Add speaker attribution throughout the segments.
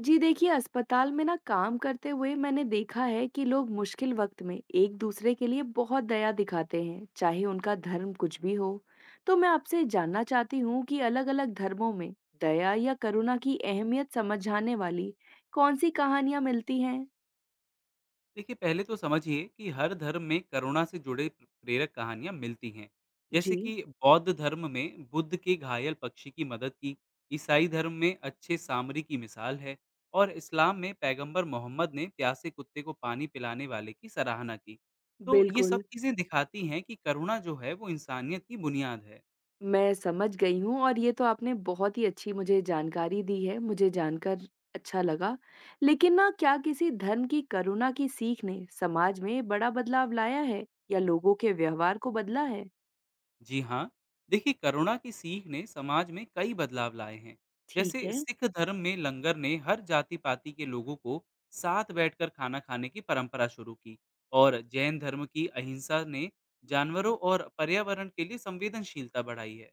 Speaker 1: जी देखिए, अस्पताल में ना काम करते हुए मैंने देखा है कि लोग मुश्किल वक्त में एक दूसरे के लिए बहुत दया दिखाते हैं, चाहे उनका धर्म कुछ भी हो। तो मैं आपसे जानना चाहती हूँ कि अलग-अलग धर्मों में दया या करुणा की अहमियत समझाने वाली कौन सी कहानियाँ मिलती हैं?
Speaker 2: देखिए पहले तो समझिए कि हर धर्म में करुणा से जुड़े प्रेरक कहानियां मिलती हैं। जैसे
Speaker 1: जी,
Speaker 2: कि बौद्ध धर्म में बुद्ध के घायल पक्षी की मदद की, ईसाई धर्म में अच्छे सामरी की मिसाल है, और इस्लाम में पैगंबर मोहम्मद ने प्यासे कुत्ते को पानी पिलाने वाले की सराहना की। तो ये सब
Speaker 1: बिल्कुल।
Speaker 2: चीजें दिखाती हैं कि करुणा जो है वो इंसानियत की बुनियाद है।
Speaker 1: मैं समझ गई हूँ और ये तो आपने बहुत ही अच्छी मुझे जानकारी दी है, मुझे जानकर अच्छा लगा। लेकिन ना क्या किसी धर्म की करुणा की सीख ने समाज में बड़ा बदलाव लाया है या लोगों के व्यवहार को बदला है?
Speaker 2: जी हाँ, देखिए करुणा की सीख ने समाज में कई बदलाव लाए हैं। जैसे
Speaker 1: ठीक है,
Speaker 2: सिख धर्म में लंगर ने हर जाति-पाति के लोगों को साथ बैठकर खाना खाने की परंपरा शुरू की, और जैन धर्म की अहिंसा ने जानवरों और पर्यावरण के लिए संवेदनशीलता बढ़ाई है।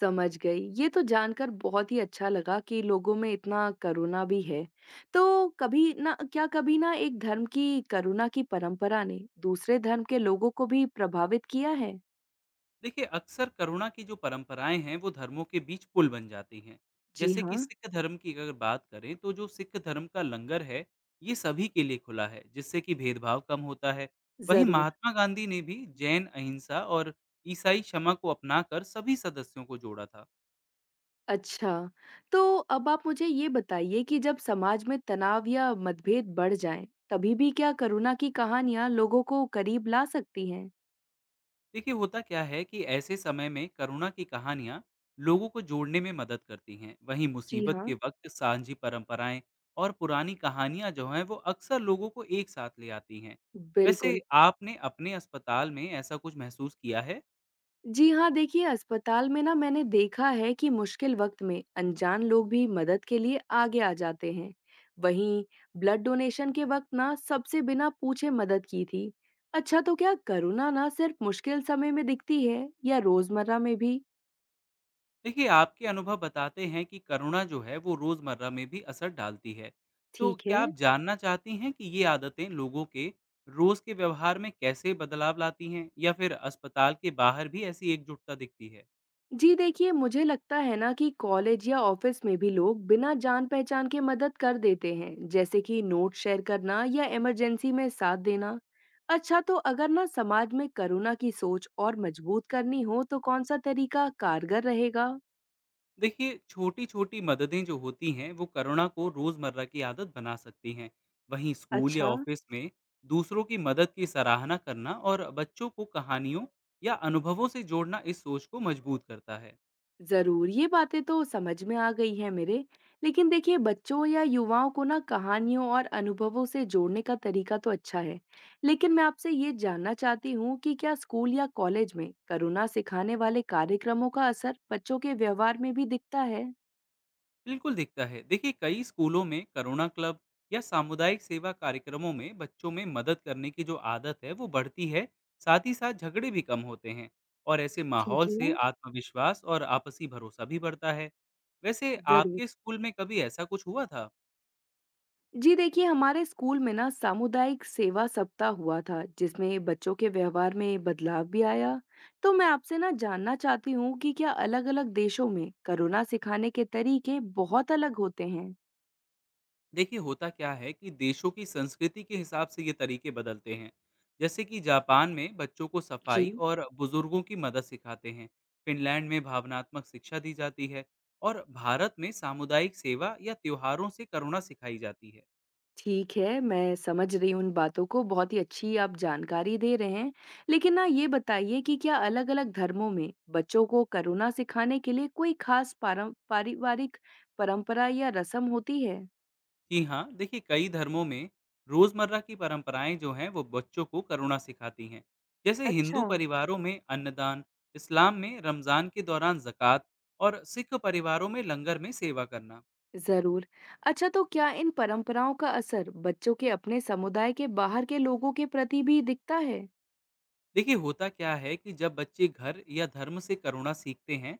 Speaker 1: समझ गई। ये तो जानकर बहुत ही अच्छा लगा कि लोगों में इतना करुणा भी है। तो कभी ना क्या कभी ना एक धर्म की करुणा की परंपरा ने दूसरे धर्म के लोगों को भी प्रभावित किया है?
Speaker 2: देखिए अक्सर करुणा की जो परंपराएं हैं वो धर्मों के बीच पुल बन जाती हैं।
Speaker 1: जी
Speaker 2: जैसे कि
Speaker 1: हाँ,
Speaker 2: सिख धर्म की अगर बात करें तो जो सिख धर्म का लंगर है ये सभी के लिए खुला है, जिससे कि भेदभाव कम होता है। वहीं
Speaker 1: जरूर।
Speaker 2: महात्मा गांधी ने भी जैन अहिंसा और ईसाई क्षमा को अपनाकर सभी सदस्यों को जोड़ा था।
Speaker 1: अच्छा, तो अब आप मुझे ये बताइए कि जब समाज में तनाव या मतभेद बढ़ जाएँ, तभी भी क्या करुणा की कहानियाँ लोगों को करीब ला सकती हैं?
Speaker 2: देखिए होता क्या है कि ऐसे समय में करुणा की कहानियाँ लोगों को जोड़ने में मदद करती हैं। वहीं
Speaker 1: जी
Speaker 2: मुसीबत
Speaker 1: हाँ,
Speaker 2: के वक्त सांझी परंपराएं और पुरानी कहानियाँ जो हैं वो अक्सर लोगों को एक साथ ले आती हैं। वैसे
Speaker 1: बिल्कुल।
Speaker 2: आपने अपने अस्पताल में ऐसा कुछ महसूस किया है?
Speaker 1: जी हाँ, देखिए अस्पताल में ना मैंने देखा है कि मुश्किल वक्त में अनजान लोग भी मदद के लिए आगे आ जाते हैं। वहीं ब्लड डोनेशन के वक्त ना सबसे बिना पूछे मदद की थी। अच्छा, तो क्या करुणा ना सिर्फ मुश्किल समय में दिखती है या रोजमर्रा में भी?
Speaker 2: देखिए आपके अनुभव बताते हैं कि करुणा जो है वो रोज़मर्रा में भी असर डालती है। तो
Speaker 1: ठीक
Speaker 2: क्या
Speaker 1: है।
Speaker 2: आप जानना चाहती हैं कि ये आदतें लोगों के रोज़ के व्यवहार में कैसे बदलाव लाती हैं, या फिर अस्पताल के बाहर भी ऐसी एकजुटता दिखती है?
Speaker 1: जी देखिए मुझे लगता है ना कि कॉलेज या ऑफिस में भी लोग बिना जान पहचान के मदद कर देते हैं, जैसे कि नोट शेयर करना या इमरजेंसी में साथ देना। अच्छा, तो अगर ना समाज में करुणा की सोच और मजबूत करनी हो तो कौन सा तरीका कारगर रहेगा?
Speaker 2: देखिए छोटी-छोटी मददें जो होती हैं वो करुणा को रोज़मर्रा की आदत बना सकती हैं। वहीं स्कूल या
Speaker 1: अच्छा,
Speaker 2: ऑफिस में दूसरों की मदद की सराहना करना और बच्चों को कहानियों या अनुभवों से जोड़ना इस सोच को मजबूत करता है।
Speaker 1: जरूर, ये बातें तो समझ में आ गई हैं मेरे। लेकिन देखिए बच्चों या युवाओं को ना कहानियों और अनुभवों से जोड़ने का तरीका तो अच्छा है, लेकिन मैं आपसे ये जानना चाहती हूँ कि क्या स्कूल या कॉलेज में करुणा सिखाने वाले कार्यक्रमों का असर बच्चों के व्यवहार में भी दिखता है?
Speaker 2: बिल्कुल दिखता है। देखिए कई स्कूलों में करुणा क्लब या सामुदायिक सेवा कार्यक्रमों में बच्चों में मदद करने की जो आदत है वो बढ़ती है। साथ ही साथ झगड़े भी कम होते हैं, और ऐसे माहौल
Speaker 1: ठीक
Speaker 2: से
Speaker 1: है,
Speaker 2: आत्मविश्वास और आपसी भरोसा भी बढ़ता है। वैसे आपके
Speaker 1: जरूर।
Speaker 2: स्कूल में कभी ऐसा कुछ हुआ था?
Speaker 1: जी देखिए हमारे स्कूल में ना सामुदायिक सेवा सप्ताह हुआ था जिसमें बच्चों के व्यवहार में बदलाव भी आया। तो मैं आपसे ना जानना चाहती हूँ कि क्या अलग-अलग देशों में करुणा सिखाने के तरीके बहुत अलग होते हैं?
Speaker 2: देखिए होता क्या है कि देशों की संस्कृति के हिसाब से ये तरीके बदलते हैं। जैसे कि जापान में बच्चों को
Speaker 1: जी,
Speaker 2: सफाई और बुजुर्गों की मदद सिखाते हैं, फिनलैंड में भावनात्मक शिक्षा दी जाती है, और भारत में सामुदायिक सेवा या त्योहारों से करुणा सिखाई जाती है।
Speaker 1: ठीक है। मैं समझ रही हूँ उन बातों को, बहुत ही अच्छी आप जानकारी दे रहे हैं। लेकिन ना ये बताइए कि क्या अलग-अलग धर्मों में बच्चों को करुणा सिखाने के लिए कोई खास पारं पारिवारिक परंपरा या रस्म होती है?
Speaker 2: जी हाँ, देखिए कई धर्मों में रोजमर्रा की परंपराएं जो हैं वो बच्चों को करुणा सिखाती हैं। जैसे हिंदू
Speaker 1: अच्छा,
Speaker 2: परिवारों में अन्नदान, इस्लाम में रमजान के दौरान जक़ात, और सिख परिवारों में लंगर में सेवा करना।
Speaker 1: जरूर। अच्छा, तो क्या इन परंपराओं का असर बच्चों के अपने समुदाय के बाहर के लोगों के प्रति भी दिखता है?
Speaker 2: देखिए होता क्या है कि जब बच्चे घर या धर्म से करुणा सीखते हैं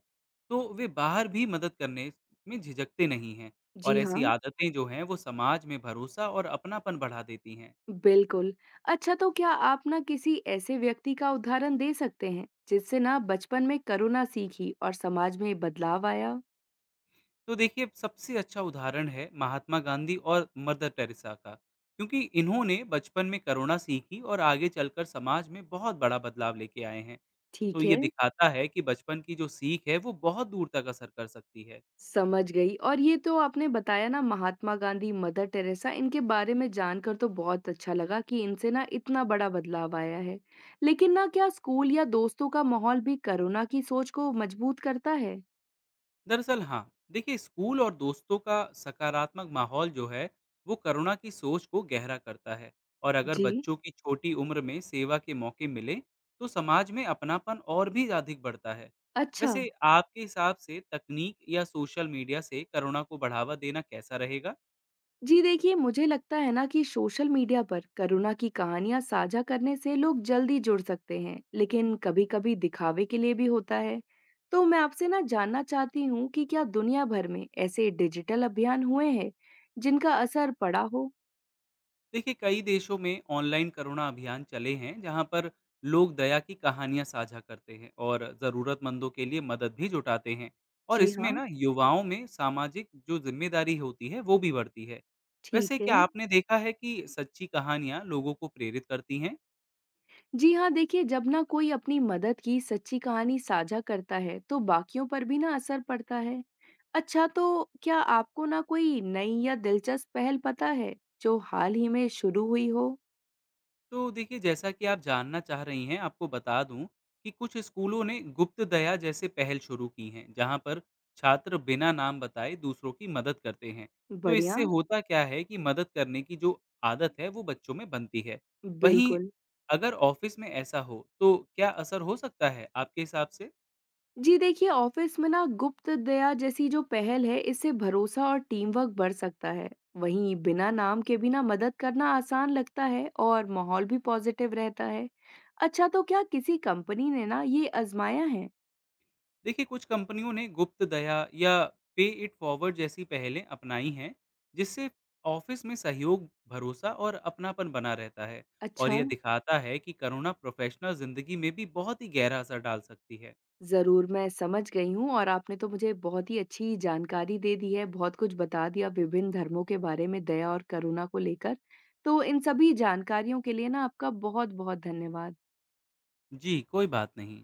Speaker 2: तो वे बाहर भी मदद करने में झिझकते नहीं हैं। और
Speaker 1: जी
Speaker 2: ऐसी
Speaker 1: हाँ,
Speaker 2: आदतें जो हैं वो समाज में भरोसा और अपनापन बढ़ा देती हैं।
Speaker 1: बिल्कुल। अच्छा, तो क्या आप ना किसी ऐसे व्यक्ति का उदाहरण दे सकते हैं जिससे ना बचपन में करुणा सीखी और समाज में बदलाव आया?
Speaker 2: तो देखिए सबसे अच्छा उदाहरण है महात्मा गांधी और मदर टेरेसा का, क्योंकि इन्होंने बचपन में करुणा सीखी और आगे चलकर समाज में बहुत बड़ा बदलाव लेके आए हैं। तो
Speaker 1: ठीक
Speaker 2: ये
Speaker 1: है,
Speaker 2: दिखाता है कि बचपन की जो सीख है वो बहुत दूर तक असर कर सकती है।
Speaker 1: समझ गई। और ये तो आपने बताया ना, महात्मा गांधी, मदर टेरेसा, इनके बारे में जानकर तो बहुत अच्छा लगा कि इनसे ना इतना बड़ा बदलाव आया है। लेकिन ना क्या स्कूल या दोस्तों का माहौल भी कोरोना की सोच को मजबूत करता है?
Speaker 2: दरअसल हाँ, देखिए स्कूल और दोस्तों का सकारात्मक माहौल जो है वो करुणा की सोच को गहरा करता है। और अगर
Speaker 1: जी,
Speaker 2: बच्चों की छोटी उम्र में सेवा के मौके मिले तो समाज में अपनापन और भी अधिक बढ़ता है।
Speaker 1: अच्छा।
Speaker 2: वैसे आपके हिसाब से तकनीक या सोशल मीडिया से करुणा को बढ़ावा देना कैसा रहेगा?
Speaker 1: जी देखिए मुझे लगता है ना कि सोशल मीडिया पर करुणा की कहानियां साझा करने से लोग जल्दी जुड़ सकते हैं, लेकिन कभी-कभी दिखावे के लिए भी होता है। तो मैं आपसे ना जानना चाहती हूँ कि क्या दुनिया भर में ऐसे डिजिटल अभियान हुए हैं जिनका असर पड़ा हो?
Speaker 2: देखिए कई देशों में ऑनलाइन करुणा अभियान चले हैं, जहां पर लोग दया की कहानियां साझा करते हैं और ज़रूरतमंदों के लिए मदद भी जुटाते हैं। और
Speaker 1: जी
Speaker 2: इसमें
Speaker 1: हाँ,
Speaker 2: ना युवाओं में सामाजिक जो जिम्मेदारी होती है वो भी बढ़ती है। वैसे
Speaker 1: ठीक
Speaker 2: क्या
Speaker 1: है।
Speaker 2: आपने देखा है कि सच्ची कहानियां लोगों को प्रेरित करती हैं?
Speaker 1: जी हाँ, देखिए जब ना कोई अपनी मदद की सच्ची कहानी साझा करता है तो बाकियों पर भी ना असर पड़ता है। अच्छा, तो क्या आपको ना कोई नई या दिलचस्प पहल पता है जो हाल ही में शुरू हुई हो?
Speaker 2: तो देखिए जैसा कि आप जानना चाह रही हैं, आपको बता दूं कि कुछ स्कूलों ने गुप्त दया जैसे पहल शुरू की हैं, जहां पर छात्र बिना नाम बताए दूसरों की मदद करते हैं। तो
Speaker 1: बढ़िया।
Speaker 2: इससे होता क्या है कि मदद करने की जो आदत है वो बच्चों में बनती है। वहीं
Speaker 1: बिल्कुल।
Speaker 2: अगर ऑफिस में ऐसा हो तो क्या असर हो सकता है आपके हिसाब से?
Speaker 1: जी देखिए ऑफिस में ना गुप्त दया जैसी जो पहल है, इससे भरोसा और टीम वर्क बढ़ सकता है। वहीं बिना नाम के भी ना मदद करना आसान लगता है और माहौल भी पॉजिटिव रहता है। अच्छा, तो क्या किसी कंपनी ने ना ये आजमाया है?
Speaker 2: देखिए कुछ कंपनियों ने गुप्त दया या पे इट फॉरवर्ड जैसी पहलें अपनाई हैं, जिससे ऑफिस में सहयोग, भरोसा और अपनापन बना रहता है। और
Speaker 1: अच्छा,
Speaker 2: यह दिखाता है कि करुणा प्रोफेशनल जिंदगी में भी बहुत ही गहरा असर डाल सकती है।
Speaker 1: ज़रूर, मैं समझ गई हूँ और आपने तो मुझे बहुत ही अच्छी जानकारी दे दी है, बहुत कुछ बता दिया विभिन्न धर्मों के बारे में दया और करुणा को लेकर। तो इन सभी जानकारियों के लिए ना आपका बहुत-बहुत धन्यवाद।
Speaker 2: जी कोई बात नहीं।